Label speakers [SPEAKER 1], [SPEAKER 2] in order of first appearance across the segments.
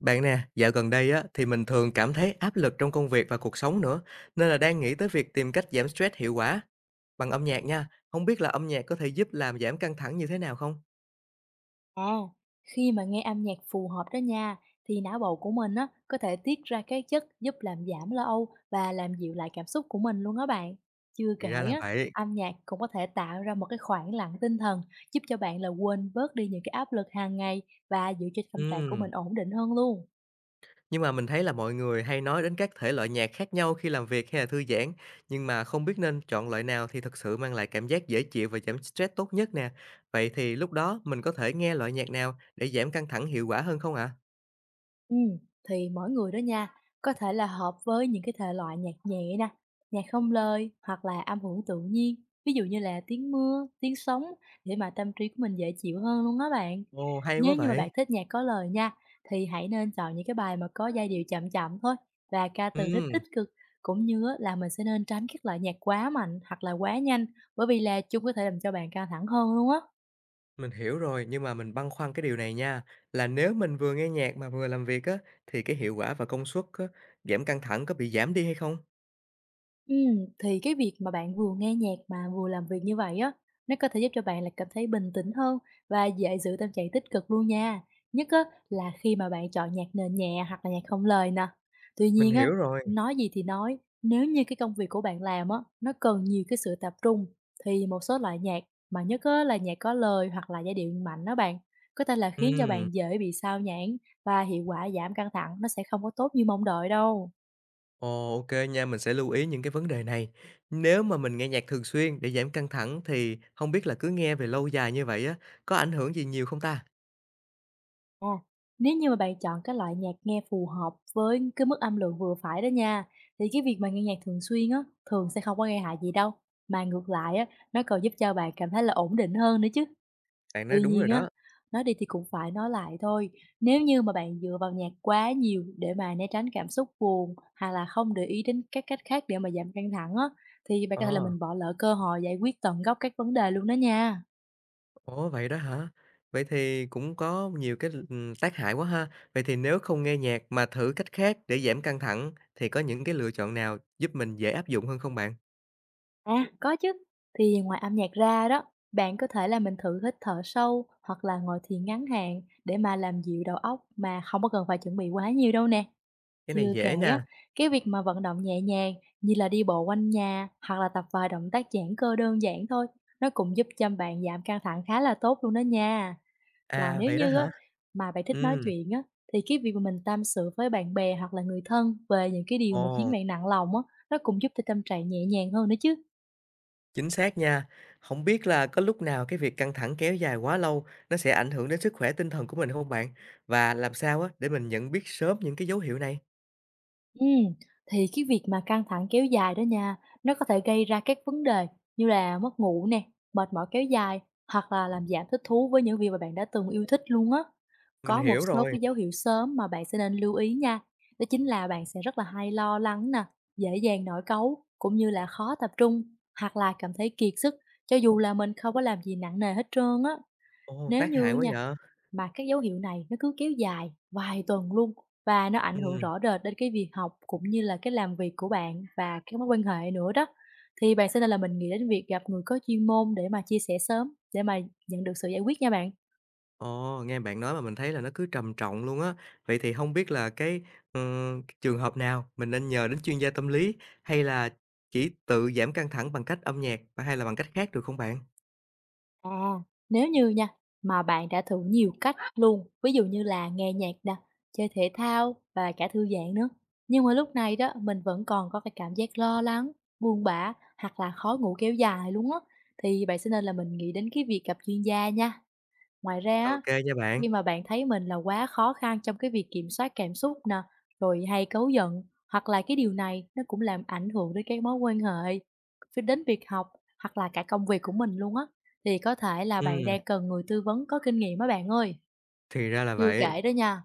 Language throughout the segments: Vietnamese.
[SPEAKER 1] Bạn nè, dạo gần đây á thì mình thường cảm thấy áp lực trong công việc và cuộc sống nữa, nên là đang nghĩ tới việc tìm cách giảm stress hiệu quả bằng âm nhạc nha. Không biết là âm nhạc có thể giúp làm giảm căng thẳng như thế nào không?
[SPEAKER 2] À, khi mà nghe âm nhạc phù hợp đó nha, thì não bộ của mình á, có thể tiết ra các chất giúp làm giảm lo âu và làm dịu lại cảm xúc của mình luôn đó bạn. Chưa kể
[SPEAKER 1] Thì ra là
[SPEAKER 2] á,
[SPEAKER 1] vậy.
[SPEAKER 2] âm nhạc cũng có thể tạo ra một cái khoảng lặng tinh thần giúp cho bạn là quên bớt đi những cái áp lực hàng ngày và giữ cho tâm trạng của
[SPEAKER 1] Ừm,
[SPEAKER 2] mình ổn định hơn luôn.
[SPEAKER 1] nhưng mà mình thấy là mọi người hay nói đến các thể loại nhạc khác nhau khi làm việc hay là thư giãn, nhưng mà không biết nên chọn loại nào thì thực sự mang lại cảm giác dễ chịu và giảm stress tốt nhất nè. Vậy thì lúc đó mình có thể nghe loại nhạc nào để giảm căng thẳng hiệu quả hơn không ạ?
[SPEAKER 2] Ừm, thì mỗi người đó nha, có thể là hợp với những cái thể loại nhạc nhẹ nè, nhạc không lời hoặc là âm hưởng tự nhiên, ví dụ như là tiếng mưa, tiếng sóng để mà tâm trí của mình dễ chịu hơn luôn á bạn.
[SPEAKER 1] Ồ, hay quá
[SPEAKER 2] Nếu như mà bạn
[SPEAKER 1] vậy.
[SPEAKER 2] thích nhạc có lời nha, thì hãy nên chọn những cái bài mà có giai điệu chậm chậm thôi và ca từ nó tích
[SPEAKER 1] Ừm.
[SPEAKER 2] cực, cũng như á là mình sẽ nên tránh các loại nhạc quá mạnh hoặc là quá nhanh, bởi vì là chúng có thể làm cho bạn căng thẳng hơn luôn á.
[SPEAKER 1] Mình hiểu rồi, nhưng mà mình băn khoăn cái điều này nha, là nếu mình vừa nghe nhạc mà vừa làm việc á, thì cái hiệu quả và công suất á, giảm căng thẳng có bị giảm đi hay không?
[SPEAKER 2] Thì cái việc mà bạn vừa nghe nhạc mà vừa làm việc như vậy á, nó có thể giúp cho bạn là cảm thấy bình tĩnh hơn và dễ giữ tâm trạng tích cực luôn nha. Nhất á, là khi mà bạn chọn nhạc nền nhẹ hoặc là nhạc không lời nè. Tuy
[SPEAKER 1] Mình
[SPEAKER 2] nhiên á,
[SPEAKER 1] hiểu rồi.
[SPEAKER 2] nói gì thì nói, nếu như cái công việc của bạn làm á, nó cần nhiều cái sự tập trung, thì một số loại nhạc mà nhất á, là nhạc có lời hoặc là giai điệu mạnh đó bạn, có thể là khiến cho
[SPEAKER 1] Ừm,
[SPEAKER 2] bạn dễ bị sao nhãng và hiệu quả giảm căng thẳng nó sẽ không có tốt như mong đợi đâu.
[SPEAKER 1] ồ, ok nha, mình sẽ lưu ý những cái vấn đề này. Nếu mà mình nghe nhạc thường xuyên để giảm căng thẳng thì không biết là cứ nghe về lâu dài như vậy á, có ảnh hưởng gì nhiều không ta?
[SPEAKER 2] À, nếu như mà bạn chọn cái loại nhạc nghe phù hợp với cái mức âm lượng vừa phải đó nha, thì cái việc mà nghe nhạc thường xuyên á, thường sẽ không có gây hại gì đâu. Mà ngược lại á, nó còn giúp cho bạn cảm thấy là ổn định hơn nữa chứ.
[SPEAKER 1] Bạn nói
[SPEAKER 2] Tuy
[SPEAKER 1] đúng rồi
[SPEAKER 2] nhiên á,
[SPEAKER 1] đó.
[SPEAKER 2] nói đi thì cũng phải nói lại thôi. Nếu như mà bạn dựa vào nhạc quá nhiều để mà né tránh cảm xúc buồn hay là không để ý đến các cách khác để mà giảm căng thẳng á, thì bạn có thể là
[SPEAKER 1] Ờ.
[SPEAKER 2] mình bỏ lỡ cơ hội giải quyết tận gốc các vấn đề luôn đó nha.
[SPEAKER 1] Ủa, vậy đó hả? Vậy thì cũng có nhiều cái, tác hại quá ha. Vậy thì nếu không nghe nhạc mà thử cách khác để giảm căng thẳng thì có những cái lựa chọn nào giúp mình dễ áp dụng hơn không bạn?
[SPEAKER 2] À, có chứ. Thì ngoài âm nhạc ra đó, bạn có thể là mình thử hít thở sâu hoặc là ngồi thiền ngắn hạn để mà làm dịu đầu óc mà không có cần phải chuẩn bị quá nhiều đâu nè.
[SPEAKER 1] Cái này
[SPEAKER 2] Chưa kể
[SPEAKER 1] dễ
[SPEAKER 2] á,
[SPEAKER 1] nè.
[SPEAKER 2] cái việc mà vận động nhẹ nhàng như là đi bộ quanh nhà hoặc là tập vài động tác giãn cơ đơn giản thôi, nó cũng giúp cho bạn giảm căng thẳng khá là tốt luôn đó nha. Còn
[SPEAKER 1] À,
[SPEAKER 2] nếu
[SPEAKER 1] vậy đó
[SPEAKER 2] như á,
[SPEAKER 1] hả?
[SPEAKER 2] mà bạn thích nói
[SPEAKER 1] Ừm,
[SPEAKER 2] chuyện á, thì cái việc mà mình tâm sự với bạn bè hoặc là người thân về những cái điều mà khiến
[SPEAKER 1] ồ,
[SPEAKER 2] bạn nặng lòng á, nó cũng giúp cho tâm trạng nhẹ nhàng hơn nữa chứ.
[SPEAKER 1] chính xác nha. Không biết là có lúc nào cái việc căng thẳng kéo dài quá lâu nó sẽ ảnh hưởng đến sức khỏe tinh thần của mình không bạn? Và làm sao á để mình nhận biết sớm những cái dấu hiệu này?
[SPEAKER 2] Ừm, thì cái việc mà căng thẳng kéo dài đó nha, nó có thể gây ra các vấn đề như là mất ngủ nè, mệt mỏi kéo dài hoặc là làm giảm thích thú với những việc mà bạn đã từng yêu thích luôn á.
[SPEAKER 1] Mình
[SPEAKER 2] Có một
[SPEAKER 1] hiểu
[SPEAKER 2] số
[SPEAKER 1] rồi.
[SPEAKER 2] cái dấu hiệu sớm mà bạn sẽ nên lưu ý nha, đó chính là bạn sẽ rất là hay lo lắng nè, dễ dàng nổi cáu cũng như là khó tập trung hoặc là cảm thấy kiệt sức cho dù là mình không có làm gì nặng nề hết trơn á.
[SPEAKER 1] Ồ,
[SPEAKER 2] Nếu
[SPEAKER 1] tác
[SPEAKER 2] như
[SPEAKER 1] hại quá
[SPEAKER 2] nha,
[SPEAKER 1] vậy.
[SPEAKER 2] mà các dấu hiệu này nó cứ kéo dài vài tuần luôn và nó ảnh hưởng
[SPEAKER 1] Ừm.
[SPEAKER 2] rõ rệt đến cái việc học cũng như là cái làm việc của bạn và cái mối quan hệ nữa đó. Thì bạn sẽ nên là mình nghĩ đến việc gặp người có chuyên môn để mà chia sẻ sớm, để mà nhận được sự giải quyết nha bạn.
[SPEAKER 1] Ồ, nghe bạn nói mà mình thấy là nó cứ trầm trọng luôn á. Vậy thì không biết là ờ, cái trường hợp nào mình nên nhờ đến chuyên gia tâm lý, hay là chỉ tự giảm căng thẳng bằng cách âm nhạc, và hay là bằng cách khác được không bạn?
[SPEAKER 2] À, nếu như nha, mà bạn đã thử nhiều cách luôn, ví dụ như là nghe nhạc nè, chơi thể thao và cả thư giãn nữa. Nhưng mà lúc này đó mình vẫn còn có cái cảm giác lo lắng, buồn bã hoặc là khó ngủ kéo dài luôn á. Thì bạn sẽ nên là mình nghĩ đến cái việc gặp chuyên gia nha. Ngoài ra á,
[SPEAKER 1] Ok nha bạn.
[SPEAKER 2] khi mà bạn thấy mình là quá khó khăn trong cái việc kiểm soát cảm xúc nè, rồi hay cáu giận, hoặc là cái điều này nó cũng làm ảnh hưởng đến cái mối quan hệ, đến việc học hoặc là cả công việc của mình luôn á, thì có thể là bạn
[SPEAKER 1] Ừm,
[SPEAKER 2] đang cần người tư vấn có kinh nghiệm á bạn ơi.
[SPEAKER 1] thì ra là
[SPEAKER 2] Chưa
[SPEAKER 1] vậy.
[SPEAKER 2] kể đó nha,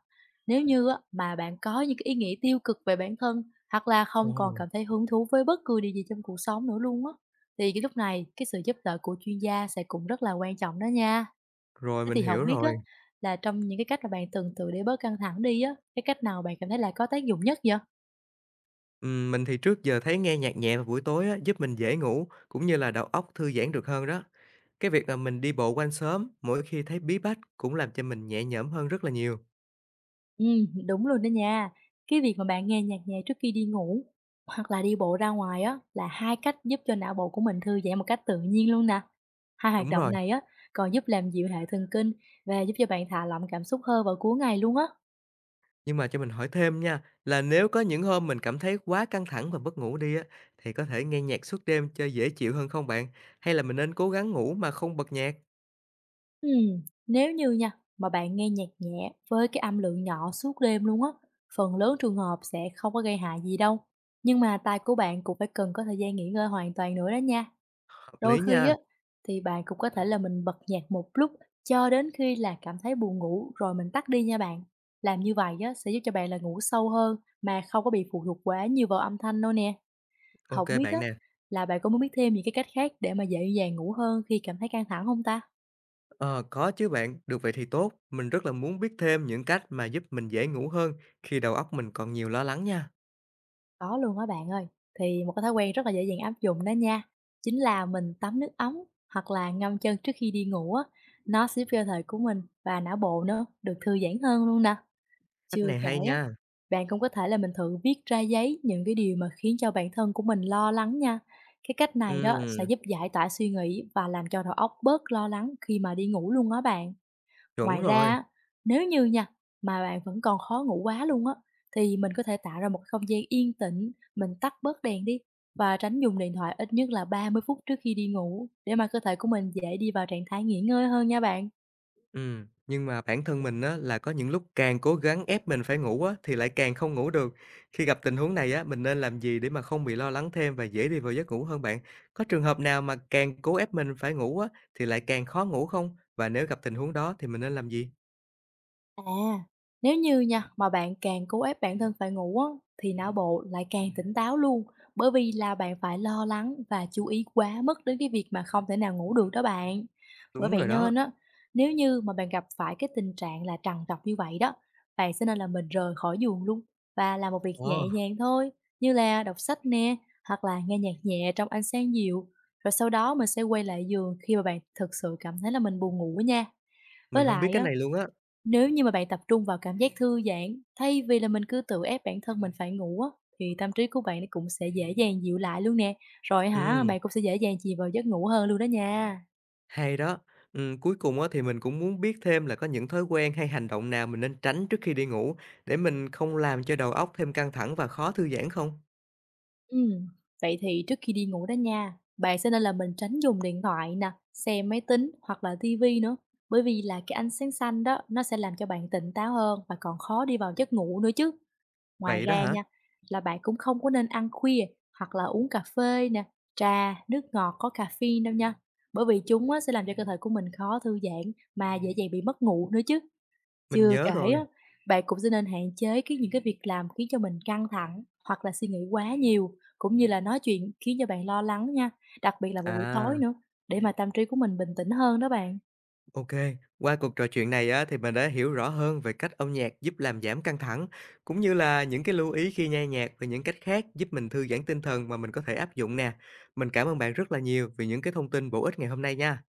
[SPEAKER 2] nếu như á mà bạn có những cái ý nghĩ tiêu cực về bản thân, hoặc là không còn
[SPEAKER 1] Ồ,
[SPEAKER 2] cảm thấy hứng thú với bất cứ điều gì trong cuộc sống nữa luôn á, thì cái lúc này cái sự giúp đỡ của chuyên gia sẽ cũng rất là quan trọng đó nha.
[SPEAKER 1] rồi
[SPEAKER 2] Thế
[SPEAKER 1] mình
[SPEAKER 2] thì không
[SPEAKER 1] hiểu
[SPEAKER 2] biết á,
[SPEAKER 1] rồi.
[SPEAKER 2] là trong những cái cách mà bạn từng thử để bớt căng thẳng đi á, cái cách nào bạn cảm thấy là có tác dụng nhất vậy?
[SPEAKER 1] Mình thì trước giờ thấy nghe nhạc nhẹ vào buổi tối á, giúp mình dễ ngủ, cũng như là đầu óc thư giãn được hơn đó. Cái việc mà mình đi bộ quanh xóm mỗi khi thấy bí bách cũng làm cho mình nhẹ nhõm hơn rất là nhiều.
[SPEAKER 2] Đúng luôn đó nha. Cái việc mà bạn nghe nhạc nhẹ trước khi đi ngủ, hoặc là đi bộ ra ngoài á, là 2 cách giúp cho não bộ của mình thư giãn một cách tự nhiên luôn nè. Hai hoạt
[SPEAKER 1] Đúng
[SPEAKER 2] động
[SPEAKER 1] rồi.
[SPEAKER 2] này á, còn giúp làm dịu hệ thần kinh và giúp cho bạn thả lỏng cảm xúc hơn vào cuối ngày luôn á.
[SPEAKER 1] Nhưng mà cho mình hỏi thêm nha, là nếu có những hôm mình cảm thấy quá căng thẳng và mất ngủ đi á, thì có thể nghe nhạc suốt đêm cho dễ chịu hơn không bạn? Hay là mình nên cố gắng ngủ mà không bật nhạc?
[SPEAKER 2] Ừm, Nếu như nha, mà bạn nghe nhạc nhẹ với cái âm lượng nhỏ suốt đêm luôn á, phần lớn trường hợp sẽ không có gây hại gì đâu. Nhưng mà tai của bạn cũng phải cần có thời gian nghỉ ngơi hoàn toàn nữa đó nha.
[SPEAKER 1] Hợp
[SPEAKER 2] Đôi
[SPEAKER 1] lý
[SPEAKER 2] khi
[SPEAKER 1] nha.
[SPEAKER 2] á, thì bạn cũng có thể là mình bật nhạc một lúc cho đến khi là cảm thấy buồn ngủ rồi mình tắt đi nha bạn. Làm như vậy á, sẽ giúp cho bạn là ngủ sâu hơn mà không có bị phụ thuộc quá nhiều vào âm thanh đâu nè. Không
[SPEAKER 1] Ok
[SPEAKER 2] biết á,
[SPEAKER 1] bạn nè.
[SPEAKER 2] là bạn có muốn biết thêm những cái cách khác để mà dễ dàng ngủ hơn khi cảm thấy căng thẳng không ta?
[SPEAKER 1] Ờ, có chứ bạn. Được vậy thì tốt. Mình rất là muốn biết thêm những cách mà giúp mình dễ ngủ hơn khi đầu óc mình còn nhiều lo lắng nha.
[SPEAKER 2] Có luôn á bạn ơi. Thì một cái thói quen rất là dễ dàng áp dụng đó nha, chính là mình tắm nước ấm hoặc là ngâm chân trước khi đi ngủ á, nó sẽ giúp cho cơ thể của mình và não bộ nữa được thư giãn hơn luôn nè.
[SPEAKER 1] Cách
[SPEAKER 2] Chưa
[SPEAKER 1] này
[SPEAKER 2] kể
[SPEAKER 1] hay
[SPEAKER 2] á,
[SPEAKER 1] nha.
[SPEAKER 2] bạn cũng có thể là mình thử viết ra giấy những cái điều mà khiến cho bản thân của mình lo lắng nha. Cái cách này đó sẽ
[SPEAKER 1] Ừ,
[SPEAKER 2] giúp giải tỏa suy nghĩ và làm cho đầu óc bớt lo lắng khi mà đi ngủ luôn á bạn.
[SPEAKER 1] chuẩn
[SPEAKER 2] Ngoài ra
[SPEAKER 1] rồi.
[SPEAKER 2] á, nếu như nha, mà bạn vẫn còn khó ngủ quá luôn á, thì mình có thể tạo ra một không gian yên tĩnh, mình tắt bớt đèn đi và tránh dùng điện thoại ít nhất là 30 phút trước khi đi ngủ để mà cơ thể của mình dễ đi vào trạng thái nghỉ ngơi hơn nha bạn.
[SPEAKER 1] Ừ nhưng mà bản thân mình á, là có những lúc càng cố gắng ép mình phải ngủ á, thì lại càng không ngủ được. Khi gặp tình huống này á, mình nên làm gì để mà không bị lo lắng thêm và dễ đi vào giấc ngủ hơn bạn? Có trường hợp nào mà càng cố ép mình phải ngủ á, thì lại càng khó ngủ không? Và nếu gặp tình huống đó thì mình nên làm gì?
[SPEAKER 2] À, nếu như nha, mà bạn càng cố ép bản thân phải ngủ á, thì não bộ lại càng tỉnh táo luôn, bởi vì là bạn phải lo lắng và chú ý quá mức đến cái việc mà không thể nào ngủ được đó bạn. Bởi
[SPEAKER 1] Đúng
[SPEAKER 2] vậy
[SPEAKER 1] rồi đó.
[SPEAKER 2] nên á, nếu như mà bạn gặp phải cái tình trạng là trằn trọc như vậy đó, bạn sẽ nên là mình rời khỏi giường luôn và làm một việc
[SPEAKER 1] Ồ,
[SPEAKER 2] nhẹ nhàng thôi, như là đọc sách nè, hoặc là nghe nhạc nhẹ trong ánh sáng dịu. Rồi sau đó mình sẽ quay lại giường khi mà bạn thực sự cảm thấy là mình buồn ngủ nha. Với
[SPEAKER 1] mình không biết
[SPEAKER 2] lại
[SPEAKER 1] cái
[SPEAKER 2] á,
[SPEAKER 1] này luôn á.
[SPEAKER 2] nếu như mà bạn tập trung vào cảm giác thư giãn, thay vì là mình cứ tự ép bản thân mình phải ngủ á, thì tâm trí của bạn nó cũng sẽ dễ dàng dịu lại luôn nè. Rồi hả,
[SPEAKER 1] Ừ,
[SPEAKER 2] bạn cũng sẽ dễ dàng chìm vào giấc ngủ hơn luôn đó nha.
[SPEAKER 1] hay đó. Cuối cùng á, thì mình cũng muốn biết thêm là có những thói quen hay hành động nào mình nên tránh trước khi đi ngủ để mình không làm cho đầu óc thêm căng thẳng và khó thư giãn không?
[SPEAKER 2] Ừm, Vậy thì trước khi đi ngủ đó nha, bạn sẽ nên là mình tránh dùng điện thoại nè, xem máy tính hoặc là tivi nữa. Bởi vì là cái ánh sáng xanh đó, nó sẽ làm cho bạn tỉnh táo hơn và còn khó đi vào giấc ngủ nữa chứ. Ngoài
[SPEAKER 1] Vậy đó
[SPEAKER 2] ra
[SPEAKER 1] hả?
[SPEAKER 2] nha, là bạn cũng không có nên ăn khuya hoặc là uống cà phê nè, trà, nước ngọt có caffeine đâu nha. Bởi vì chúng á, sẽ làm cho cơ thể của mình khó thư giãn mà dễ dàng bị mất ngủ nữa chứ.
[SPEAKER 1] Mình
[SPEAKER 2] Chưa
[SPEAKER 1] nhớ
[SPEAKER 2] kể á,
[SPEAKER 1] rồi.
[SPEAKER 2] bạn cũng sẽ nên hạn chế cái những cái việc làm khiến cho mình căng thẳng hoặc là suy nghĩ quá nhiều cũng như là nói chuyện khiến cho bạn lo lắng nha, đặc biệt là vào buổi
[SPEAKER 1] À,
[SPEAKER 2] tối nữa để mà tâm trí của mình bình tĩnh hơn đó bạn.
[SPEAKER 1] ok. Qua cuộc trò chuyện này á, thì mình đã hiểu rõ hơn về cách âm nhạc giúp làm giảm căng thẳng, cũng như là những cái lưu ý khi nghe nhạc và những cách khác giúp mình thư giãn tinh thần mà mình có thể áp dụng nè. Mình cảm ơn bạn rất là nhiều vì những cái thông tin bổ ích ngày hôm nay nha.